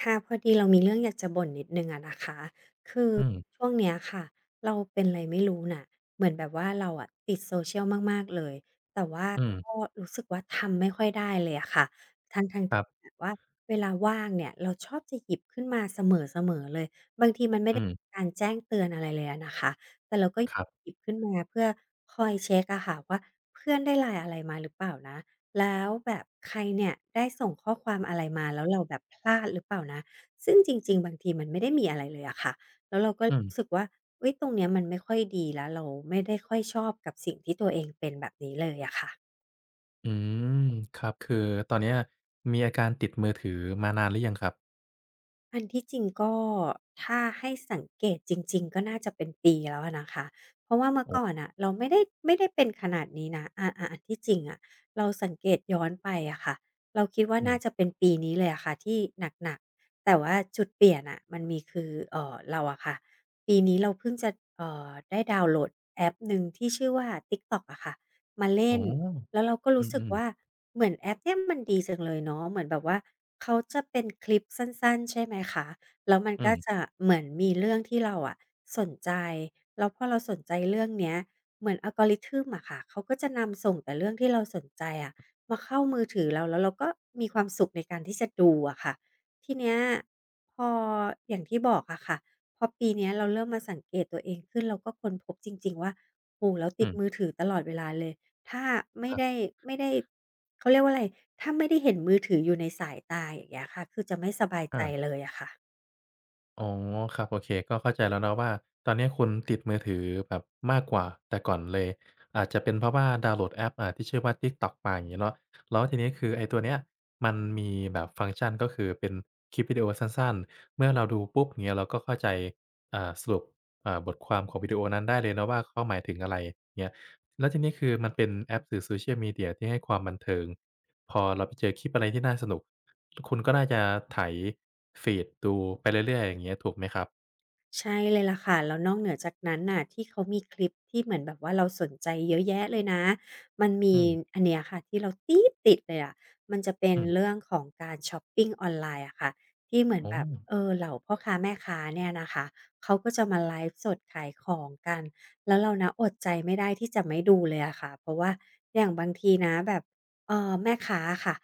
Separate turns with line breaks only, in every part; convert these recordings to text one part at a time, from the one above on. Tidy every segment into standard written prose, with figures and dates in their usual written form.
ค่ะพอดีเรามีเรื่องอยากจะบ่นนิดนึงอะนะคะคือ
อืม
ช่วงเนี้ยค่ะเราเป็นอะไรไม่รู้น่ะเหมือนแบบว่าเราอะติดโซเชียลมากๆเลยแต่ว่า
อืม
ก็รู้สึกว่าทำไม่ค่อยได้เลยอะค่ะทั้งๆท
ครับ
ที่แบบว่าเวลาว่างเนี่ยเราชอบจะหยิบขึ้นมาเสมอๆเลยบางทีมันไม่
อื
ได้มี
ม
การแจ้งเตือนอะไรเลยอะนะคะแต่เราก็
ครับ
หยิบขึ้นมาเพื่อคอยเช็คอะค่ะว่าเพื่อนได้ไลน์อะไรมาหรือเปล่านะ แล้วแบบใครเนี่ยได้ส่งข้อความอะไรมาแล้วเราแบบพลาดหรือเปล่านะซึ่งจริงๆบางทีมันไม่ได้มีอะไรเลยอะค่ะแล้วเราก็
อืม
รู้สึกว่าเฮ้ยตรงเนี้ยมันไม่ค่อยดีแล้วเราไม่ได้ค่อยชอบกับสิ่งที่ตัวเองเป็นแบบนี้เลยอะค่ะ
อืมครับคือตอนเนี้ยมีอาการติดมือถือมานานหรือยังครับ
อันที่จริงก็ถ้าให้สังเกตจริงๆก็น่าจะเป็นปีแล้วอะนะคะเพราะว่าเมื่อ
โอ
ก่อน
้
น่ะเราไม่ได้เป็นขนาดนี้นะอาๆอันที่จริงอะเราสังเกตย้อนไปอะค่ะเราคิดว่า
อื
น่าจะ
ม
เป็นปีนี้เลยอะค่ะที่หนักๆแต่ว่าจุดเปลี่ยนน่ะมันมีคือเราอะค่ะปีนี้เราเพิ่งจะได้ดาวน์โหลดแอปหนึ่งที่ชื่อว่า TikTok อะค่ะมาเล่
อ๋
น
อ
แล้วเราก็
อื
รู้สึก
มๆ
ว่าเหมือนแอปเนี่ยมันดีจังเลยเนาะเหมือนแบบว่าเขาจะเป็นคลิปสั้นๆใช่ไหมคะแล้วมัน
อื
ก็
ม
จะเหมือนมีเรื่องที่เราอะสนใจแล้วพอเราสนใจเรื่องเนี้ยเหมือน algorithm อะค่ะเขาก็จะนำส่งแต่เรื่องที่เราสนใจอะมาเข้ามือถือเราแล้วเราก็มีความสุขในการที่จะดูอะค่ะทีเนี้ยพออย่างที่บอกอะค่ะพอปีเนี้ยเราเริ่มมาสังเกตตัวเองขึ้นเราก็ค้นพบจริงๆว่าโอ้โฮเราติ
อื
ด
ม
มือถือตลอดเวลาเลย ถ้าไม่
ครั
ได้
บ
ไม่ได้เขาเรียกว่าอะไรถ้าไม่ได้เห็นมือถืออยู่ในสายตาอย่างเงี้ยค่ะคือจะไม่สบายใจ
อา
เลยอะค่ะ
อ๋อครับโอเคก็เข้าใจแล้วเนาะว่าตอนเนี้ยคุณติดมือถือแบบมากกว่าแต่ก่อนเลยอาจจะเป็นเพราะว่าดาวน์โหลดแอปที่ชื่อว่า TikTok มาอย่างงี้เนาะแล้วทีนี้คือไอ้ตัวเนี้ยมันมีแบบฟังก์ชันก็คือเป็นคลิปวิดีโอสั้นๆเมื่อเราดูปุ๊บอย่างเงี้ยเราก็เข้าใจสรุปบทความของวิดีโอนั้นได้เลยเนาะว่าเขาหมายถึงอะไรเงี้ยแล้วทีนี้คือมันเป็นแอปสื่อ Social Media ที่ให้ความบันเทิงพอเราไปเจอคลิปอะไรที่น่าสนุก คุณก็น่าจะไถฟีดดูไปเรื่อยๆอย่างเงี้ยถูกไหมครับ
ใช่เลยล่ะค่ะแล้วนอกเหนือจากนั้นน่ะที่เขามีคลิปที่เหมือนแบบว่าเราสนใจเยอะแยะเลยนะมันมี
อืม
อันเนี้ยค่ะที่เราตีดติดเลยอะมันจะเป็น
อืม
เรื่องของการช็อปปิงออนไลน์อะค่ะที่เหมือน
อ๋อ
แบบเออเหล่าพ่อค้าแม่ค้าเนี่ยนะคะเขาก็จะมาไลฟ์สดขายของกันแล้วเรานะอดใจไม่ได้ที่จะไม่ดูเลยอะค่ะเพราะว่าอย่างบางทีนะแบบแม่ค้าอะค่ะ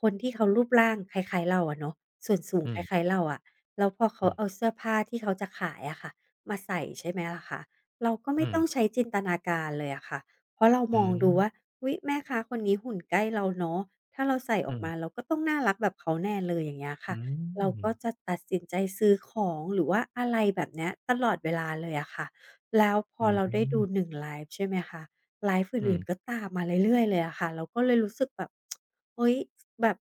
คนที่เขารูปร่างคล้ายๆเราอะเนาะส่วนสูง
อื
ค
ม
ล้ายๆเราอะ แล้วพอเขา
อืม
เอาเสื้อผ้าที่เขาจะขายอะค่ะมาใส่ใช่ไหมล่ะคะเราก็ไม่
อืม
ต้องใช้จินตนาการเลยอะค่ะเพราะเรา
อื
มอง
ม
ดูว่าอุ๊ยแม่ค้าคนนี้หุ่นใกล้เราเนาะถ้าเราใส่อ
อื
อกมาเรา
ม
ก็ต้องน่ารักแบบเขาแน่เลยอย่างเงี้ยค่ะ
อื
เรา
ม
ก็จะตัดสินใจซื้อของหรือว่าอะไรแบบเนี้ยตลอดเวลาเลยอะค่ะแล้วพอ
อืม
เราได้ดู
อ
1ไลฟ์ใช่ไหมคะ ไลฟ์
ื
อื่น
ม
ๆก็ตามมาเรื่อยๆเลยอะค่ะเราก็เลยรู้สึกแบบ เฮ้ยแบบ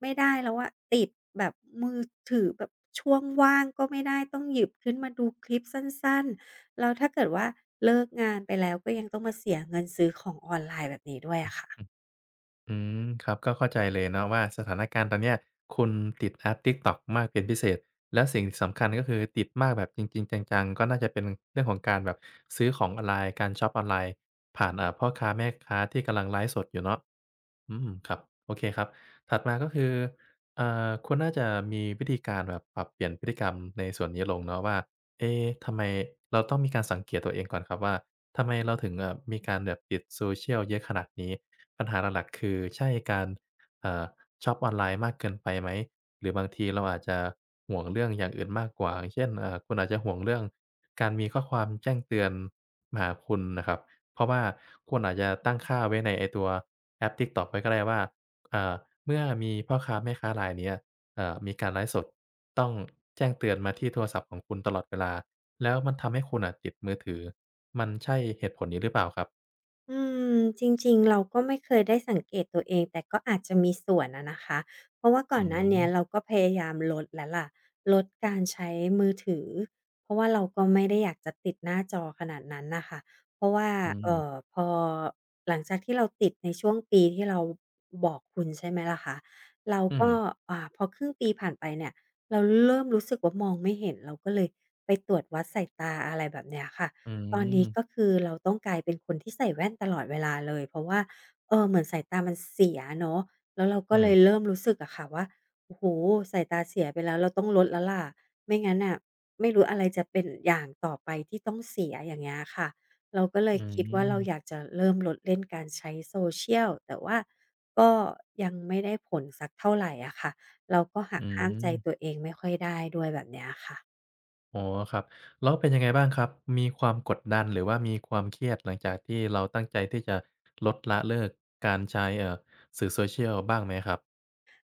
ไม่ได้แล้วอะติดแบบมือถือแบบช่วงว่างก็ไม่ได้ต้องหยิบขึ้นมาดูคลิปสั้นๆแล้วถ้าเกิดว่าเลิกงานไปแล้วก็ยังต้องมาเสียเงินซื้อของออนไลน์แบบนี้ด้วยอะ
อื
ค่ะ
ออืมครับก็เข้าใจเลยเนาะว่าสถานการณ์ตอนเนี้ยคุณติดแอป TikTok มากเป็นพิเศษแล้วสิ่งสำคัญก็คือติดมากแบบจริงๆจังๆก็น่าจะเป็นเรื่องของการแบบซื้อของออนไลน์การช็อปออนไลน์ผ่านพ่อค้าแม่ค้าที่กำลังไลฟ์สดอยู่เนาะ อืมครับโอเคครับถัดมาก็คือคุณน่าจะมีวิธีการแบบปรับเปลี่ยนพฤติกรรมในส่วนนี้ลงเนาะว่าเอ๊ะทำไมเราต้องมีการสังเกตตัวเองก่อนครับว่าทำไมเราถึงมีการแบบติด social เยอะขนาดนี้ปัญหาหลักๆคือใช่การเอ่อช็อปออนไลน์มากเกินไปไหมหรือบางทีเราอาจจะห่วงเรื่องอย่างอื่นมากกว่าอย่างเช่นคุณอาจจะห่วงเรื่องการมีข้อความแจ้งเตือนมาหาคุณน่ะครับ เพราะว่าคุณอาจจะตั้งค่าไว้ในไอ้ตัวแอป TikTok ไว้ก็ได้ว่าอ่าเมื่อมีพ่อค้าแม่ค้ารายเนี้ยมีการไลฟ์สดต้องแจ้งเตือนมาที่โทรศัพท์ของคุณตลอดเวลาแล้วมันทำให้คุณน่ะติดมือถือมันใช่เหตุผลนี้หรือเปล่าครับ
อืมจริงๆเราก็ไม่เคยได้สังเกตตัวเองแต่ก็อาจจะมีส่วนอะนะคะเพราะว่าก่อ
อื
นหน้าเนี้ย
ม
เราก็พยายามลดแล้วล่ะลดการใช้มือถือเพราะว่าเราก็ไม่ได้อยากจะติดหน้าจอขนาดนั้นน่ะค่ะเพราะว่า
อืม
พอหลังจากที่เราติดในช่วงปีที่เราบอกคุณใช่ไหมล่ะคะเรา
อืม
ก็อ่าพอครึ่งปีผ่านไปเนี่ยเราเริ่มรู้สึกว่ามองไม่เห็นเราก็เลยไปตรวจวัดสายตาอะไรแบบเนี้ยค่ะ
อื
ตอนนี้ก็
ม
คือเราต้องกลายเป็นคนที่ใส่แว่นตลอดเวลาเลยเพราะว่าเออเหมือนสายตามันเสียเนาะแล้วเราก็
อื
เล
ม
ยเริ่มรู้สึกอะค่ะว่าโอ้โฮสายตาเสียไปแล้วเราต้องลดแล้วล่ะไม่งั้นน่ะไม่รู้อะไรจะเป็นอย่างต่อไปที่ต้องเสียอย่างเงี้ยค่ะเราก็เลย
อื
คิดว่าเราอยาก
ม
จะเริ่มลดเล่นการใช้ Social แต่ว่าก็ยังไม่ได้ผลสักเท่าไรอะค่ะเราก็หั
อื
กห้ามใจตัว
ม
เองไม่ค่อยได้ด้วยแบบเนี้ยค่ะ
อ๋อครับแล้วเป็นยังไงบ้างครับมีความกดดันหรือว่ามีความเครียดหลังจากที่เราตั้งใจที่จะลดละเลิกการใช้สื่อ Social บ้างไหมครับ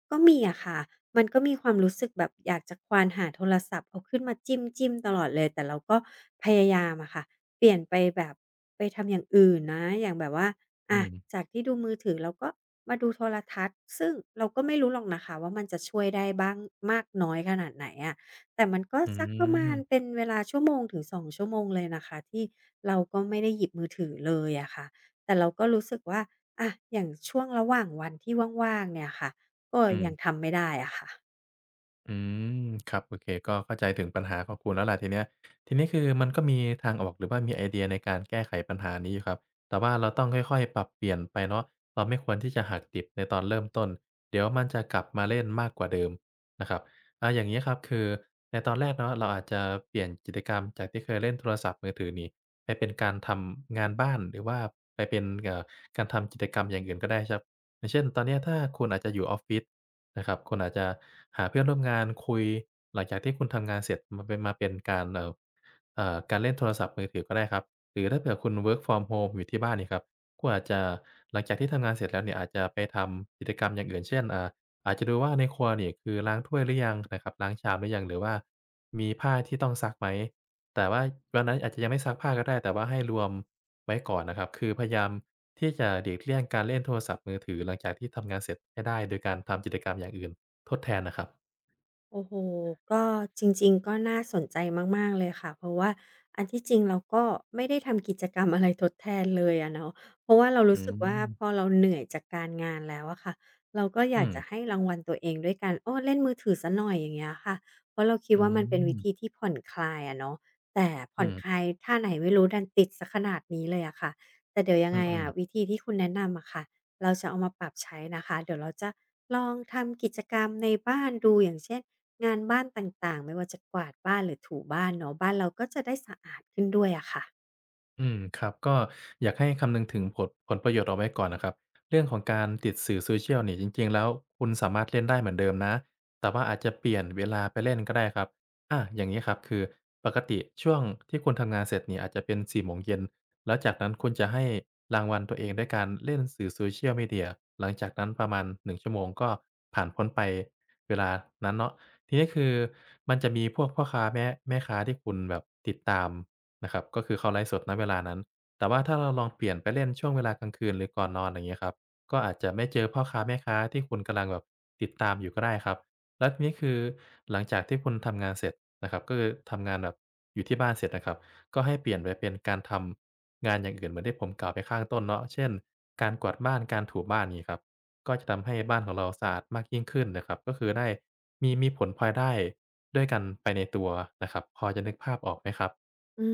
ก็มีอะค่ะมันก็มีความรู้สึกแบบอยากจะควานหาโทรศัพท์เอาขึ้นมาจิ้มจิ้มตลอดเลยแต่เราก็พยายามอะค่ะเปลี่ยนไปแบบไปทำอย่างอื่นนะอย่างแบบว่า
อื
อะ
ม
จากที่ดูมือถือเราก็มาดูโทรทัศน์ซึ่งเราก็ไม่รู้หรอกนะคะว่ามันจะช่วยได้บ้างมากน้อยขนาดไหนอะแต่มันก็
อื
สักประมาณเป็
ม
นเวลาชั่วโมงถึง2ชั่วโมงเลยนะคะที่เราก็ไม่ได้หยิบมือถือเลยอะค่ะแต่เราก็รู้สึกว่าอะอย่างช่วงระหว่างวันที่ว่างๆเนี่ยค่ะ ก็
อืม
ยังทำไม่ได้อะค่ะ
อืมครับโอเคก็เข้าใจถึงปัญหาของคุณแล้วล่ะทีเนี้ยทีนี้คือมันก็มีทางออกหรือว่ามีไอเดียในการแก้ไขปัญหานี้อยู่ครับแต่ว่าเราต้องค่อยๆปรับเปลี่ยนไปเนาะเราไม่ควรที่จะหักดิบในตอนเริ่มต้นเดี๋ยวมันจะกลับมาเล่นมากกว่าเดิมนะครับอาอย่างงี้ครับคือในตอนแรกเนาะเราอาจจะเปลี่ยนกิจกรรมจากที่เคยเล่นโทรศัพท์มือถือนี่ไปเป็นการทำงานบ้านหรือว่าไปเป็นการทำกิจกรรมอย่างอื่นก็ได้ครับอย่างเช่นตอนเนี้ยถ้าคุณอาจจะอยู่ออฟฟิศ นะครับคุณอาจจะหาเพื่อนร่วมงานคุยหลังจากที่คุณทำงานเสร็จมันเป็นการการเล่นโทรศัพท์มือถือก็ได้ครับหรือถ้าเผื่อคุณ work from home อยู่ที่บ้านเนี่ยครับคุณอาจจะหลังจากที่ทำงานเสร็จแล้วเนี่ยอาจจะไปทำกิจกรรมอย่างอื่นเช่นอาจจะดูว่าในครัวเนี่ยคือล้างถ้วยหรือยังนะครับล้างชามหรือยังหรือว่ามีผ้าที่ต้องซักไหม แต่ว่าวันนั้นอาจจะยังไม่ซักผ้าก็ได้แต่ว่าให้รวมไว้ก่อนนะครับคือพยายามที่จะหลีกเลี่ยงการเล่นโทรศัพท์มือถือหลังจากที่ทำงานเสร็จให้ได้โดยการทำกิจกรรมอย่างอื่นทดแทนนะครับ
โอ้โฮก็จริงๆ ก็น่าสนใจมากๆ เลยค่ะ เพราะว่าอันที่จริงเราก็ไม่ได้ทำกิจกรรมอะไรทดแทนเลยอะเนาะเพราะว่าเรา
อื
รู้สึกว่าพอ
ม
เราเหนื่อยจากการงานแล้วอะค่ะเราก็อยา
อื
ก
ม
จะให้รางวัลตัวเองด้วยการโอ้เล่นมือถือเสียหน่อยอย่างเงี้ยค่ะเพราะเราคิด
อื
ว่ามันเป็นวิธี
ม
ที่ผ่อนคลายอะเนาะแต่ผ่
อื
อนคลา
ม
ยท่าไหนไม่รู้ดันติดเสียขนาดนี้เลยอะค่ะแต่เดี๋ยวยัง
อื
ไง
ม
อะวิธีที่คุณแนะนำอะค่ะเราจะเอามาปรับใช้นะคะเดี๋ยวเราจะลองทำกิจกรรมในบ้านดูอย่างเช่น งานบ้านต่างๆ ไม่ว่าจะกวาดบ้านหรือถูบ้านเนาะบ้านเราก็จะได้สะอาดขึ้นด้วยอะค่ะ
อืมครับก็อยากให้คำนึงถึงผลประโยชน์เอาไว้ก่อนนะครับเรื่องของการติดสื่อ Social เนี่ยจริงๆแล้วคุณสามารถเล่นได้เหมือนเดิมนะแต่ว่าอาจจะเปลี่ยนเวลาไปเล่นก็ได้ครับอาอย่างงี้ครับคือปกติช่วงที่คุณทำงานเสร็จเนี่ยอาจจะเป็น4โมงเย็นแล้วจากนั้นคุณจะให้รางวัลตัวเองด้วยการเล่นสื่อ Social Media หลังจากนั้นประมาณ1ชั่วโมงก็ผ่านพ้นไปเวลานั้นเนาะทีนี้คือมันจะมีพวกพ่อค้าแม่ค้าที่คุณแบบติดตาม นะครับก็คือเขาไลฟ์สดณเวลานั้นแต่ว่าถ้าเราลองเปลี่ยนไปเล่นช่วงเวลากลางคืนหรือก่อนนอนอย่างเงี้ยครับก็อาจจะไม่เจอพ่อค้าแม่ค้าที่คุณกำลังแบบติดตามอยู่ก็ได้ครับแล้วทีนี้คือหลังจากที่คุณทำงานเสร็จนะครับก็คือทำงานแบบอยู่ที่บ้านเสร็จนะครับก็ให้เปลี่ยนไปเป็นการทำงานอย่างอื่นเหมือนที่ผมกล่าวไปข้างต้นเนาะเช่นการกวาดบ้านการถูบ้านงี้ครับก็จะทำให้บ้านของเราสะอาดมากยิ่งขึ้นนะครับก็คือได้มีผลพลอยได้ด้วยกันไปในตัวนะครับพอจะนึกภาพออกไหมครับ
อื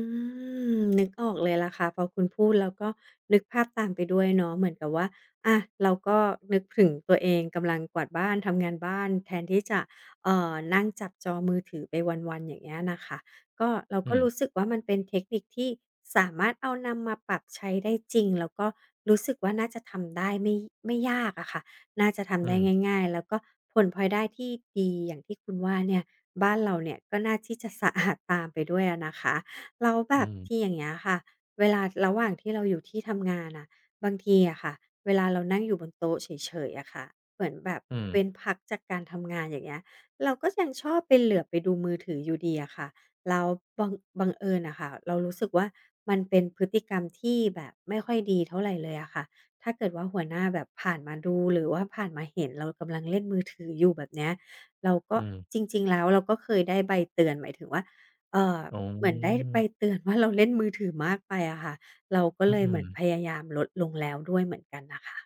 มนึกออกเลยล่ะค่ะพอคุณพูดแล้วก็นึกภาพตามไปด้วยเนาะเหมือนกับว่าอะเราก็นึกถึงตัวเองกำลังกวาดบ้านทำงานบ้านแทนที่จะนั่งจับจอมือถือไปวันๆอย่างเงี้ยน่ะค่ะก็เราก็
อืม
รู้สึกว่ามันเป็นเทคนิคที่สามารถเอานำมาปรับใช้ได้จริงแล้วก็รู้สึกว่าน่าจะทำได้ไม่ยากอะค่ะน่าจะทำ
อื
ได้
ม
ง่ายๆแล้วก็ผลพลอยได้ที่ดีอย่างที่คุณว่าเนี่ยบ้านเราเนี่ยก็น่าที่จะสะอาดตามไปด้วยอะนะคะ แล้วแบ
อื
บที่อ
ม
ย่างเงี้ยค่ะเวลาระหว่างที่เราอยู่ที่ทำงานน่ะบางทีอะค่ะเวลาเรานั่งอยู่บนโต๊ะเฉยๆอะค่ะเหมือนแบบ
อืม
เว้นพักจากการทำงานอย่างเงี้ยเราก็ยังชอบไปเหลือบไปดูมือถืออยู่ดีอะค่ะแล้วบังบังเอิญอะค่ะเรารู้สึกว่ามันเป็นพฤติกรรมที่แบบไม่ค่อยดีเท่าไรเลยอะค่ะถ้าเกิดว่าหัวหน้าแบบผ่านมาดูหรือว่าผ่านมาเห็นเรากำลังเล่นมือถืออยู่แบบเนี้ยเราก็
อืม
จริงๆแล้วเราก็เคยได้ใบเตือนหมายถึงว่าเอ่อ
อ๋
เหมือนได้
อ
ใบเตือนว่าเราเล่นมือถือมากไปอะค่ะเราก็
อื
เลยเหมื
ม
อนพ
ๆ
ยายามลดลงแล้วด้วยเหมือนกันนะคะ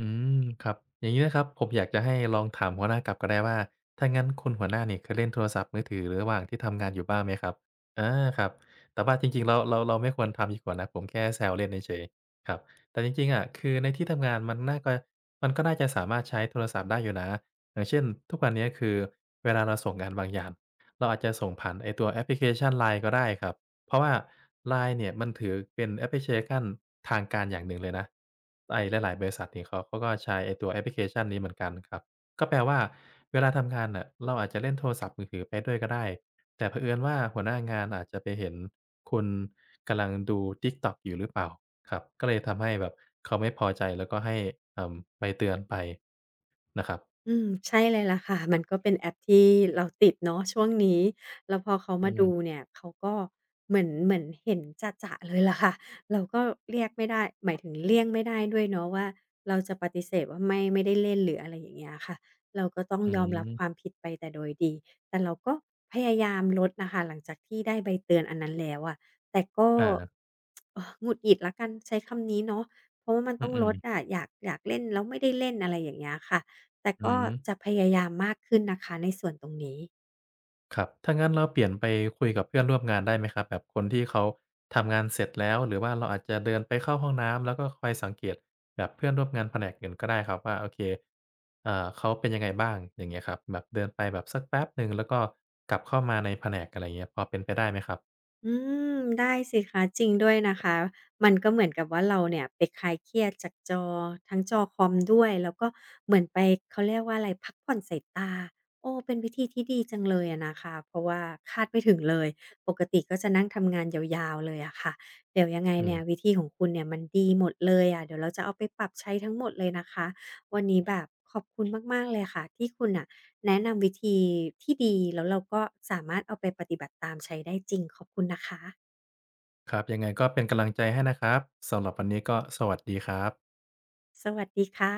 อืมครับอย่างงี้นะครับผมอยากจะให้ลองถามหัวหน้ากลับก็ได้ว่าถ้างั้นคุณหัวหน้าเนี่ยเคยเล่นโทรศัพท์มือถือระหว่างที่ทำงานอยู่บ้างไหมครับอาครับแต่ว่าจริงๆเราไม่ควรทำดีกว่านะผมแค่แซวเล่นเฉยๆครับแต่จริงๆอะคือในที่ทำงานมันน่าก็มันก็น่าจะสามารถใช้โทรศัพท์ได้อยู่นะอย่างเช่นทุกวันเนี้ยคือเวลาเราส่งงานบางอย่างเราอาจจะส่งผ่านไอ้ตัวแอปพลิเคชัน LINE ก็ได้ครับ เพราะว่า LINE เนี่ยมันถือเป็นแอปพลิเคชันทางการอย่างหนึ่งเลยนะไอ้หลายๆบริษัทนี่เขาก็ใช้ไอ้ตัวแอปพลิเคชันนี้เหมือนกันครับก็แปลว่าเวลาทำงานน่ะเราอาจจะเล่นโทรศัพท์มือถือไปด้วยก็ได้แต่เผอิญว่าหัวหน้างานอาจจะไปเห็นคุณกำลังดู TikTok อยู่หรือเปล่าครับก็เลยทำให้แบบเขาไม่พอใจแล้วก็ให้ไปเตือนไปนะครับ
อืมใช่เลยล่ะค่ะมันก็เป็นแอปที่เราติดเนาะช่วงนี้แล้วพอเขา
อื
มาดู
ม
เนี่ยเขาก็เหมือนเห็นจะๆเลยล่ะค่ะเราก็เรียกไม่ได้หมายถึงเลี่ยงไม่ได้ด้วยเนาะว่าเราจะปฏิเสธว่าไม่ได้เล่นหรืออะไรอย่างเงี้ยค่ะเราก็ต้อง
อื
ยอมรับความ
ม
ผิดไปแต่โดยดีแต่เราก็พยายามลดน่ะค่ะหลังจากที่ได้ใบเตือนอันนั้นแล้วอะแต่ก็
อา
หงุดหงิดแล้วกันใช้คำนี้เนาะเพราะว่ามัน
อื
ต้อง
อ
ลดอะอยากเล่นแล้วไม่ได้เล่นอะไรอย่างเงี้ยค่ะ แต่
ๆอื
ก็
ม
จะพยายามมากขึ้นนะคะในส่วนตรงนี้
ครับถ้างั้นเราเปลี่ยนไปคุยกับเพื่อนร่วมงานได้ไหมครับแบบคนที่เขาทำงานเสร็จแล้วหรือว่าเราอาจจะเดินไปเข้าห้องน้ำแล้วก็คอยสังเกตแบบเพื่อนร่วมงานแผนกอื่นก็ได้ครับว่าโอเคเอ่าเขาเป็นยังไงบ้างอย่างเงี้ยครับแบบเดินไปแบบสักแป๊บหนึ่งแล้วก็กลับเข้ามาในแผนกอะไรเงี้ยพอเป็นไปได้ไหมครับ
อืมได้สิคะจริงด้วยนะคะมันก็เหมือนกับว่าเราเนี่ยไปคลายเครียดจากจอทั้งจอคอมด้วย แล้วก็เหมือนไปเขาเรียกว่าอะไรพักผ่อนสายตาโอ้เป็นวิธีที่ดีจังเลยอะนะคะ เพราะว่าคาดไม่ถึงเลยปกติก็จะนั่งทำงานยาวๆเลยอะค่ะเดี๋ยวยังไง
อื
เนี่ยวิ
ม
ธีของคุณเนี่ยมันดีหมดเลยอะเดี๋ยวเราจะเอาไปปรับใช้ทั้งหมดเลยนะคะวันนี้แบบขอบคุณมากๆเลยค่ะที่คุณน่ะ แนะนำวิธีที่ดีแล้วเราก็สามารถเอาไปปฏิบัติตามใช้ได้จริงขอบคุณนะคะ
ครับ ยังไงก็เป็นกำลังใจให้นะครับสำหรับวันนี้ก็สวัสดีครับ
สวัสดีค่ะ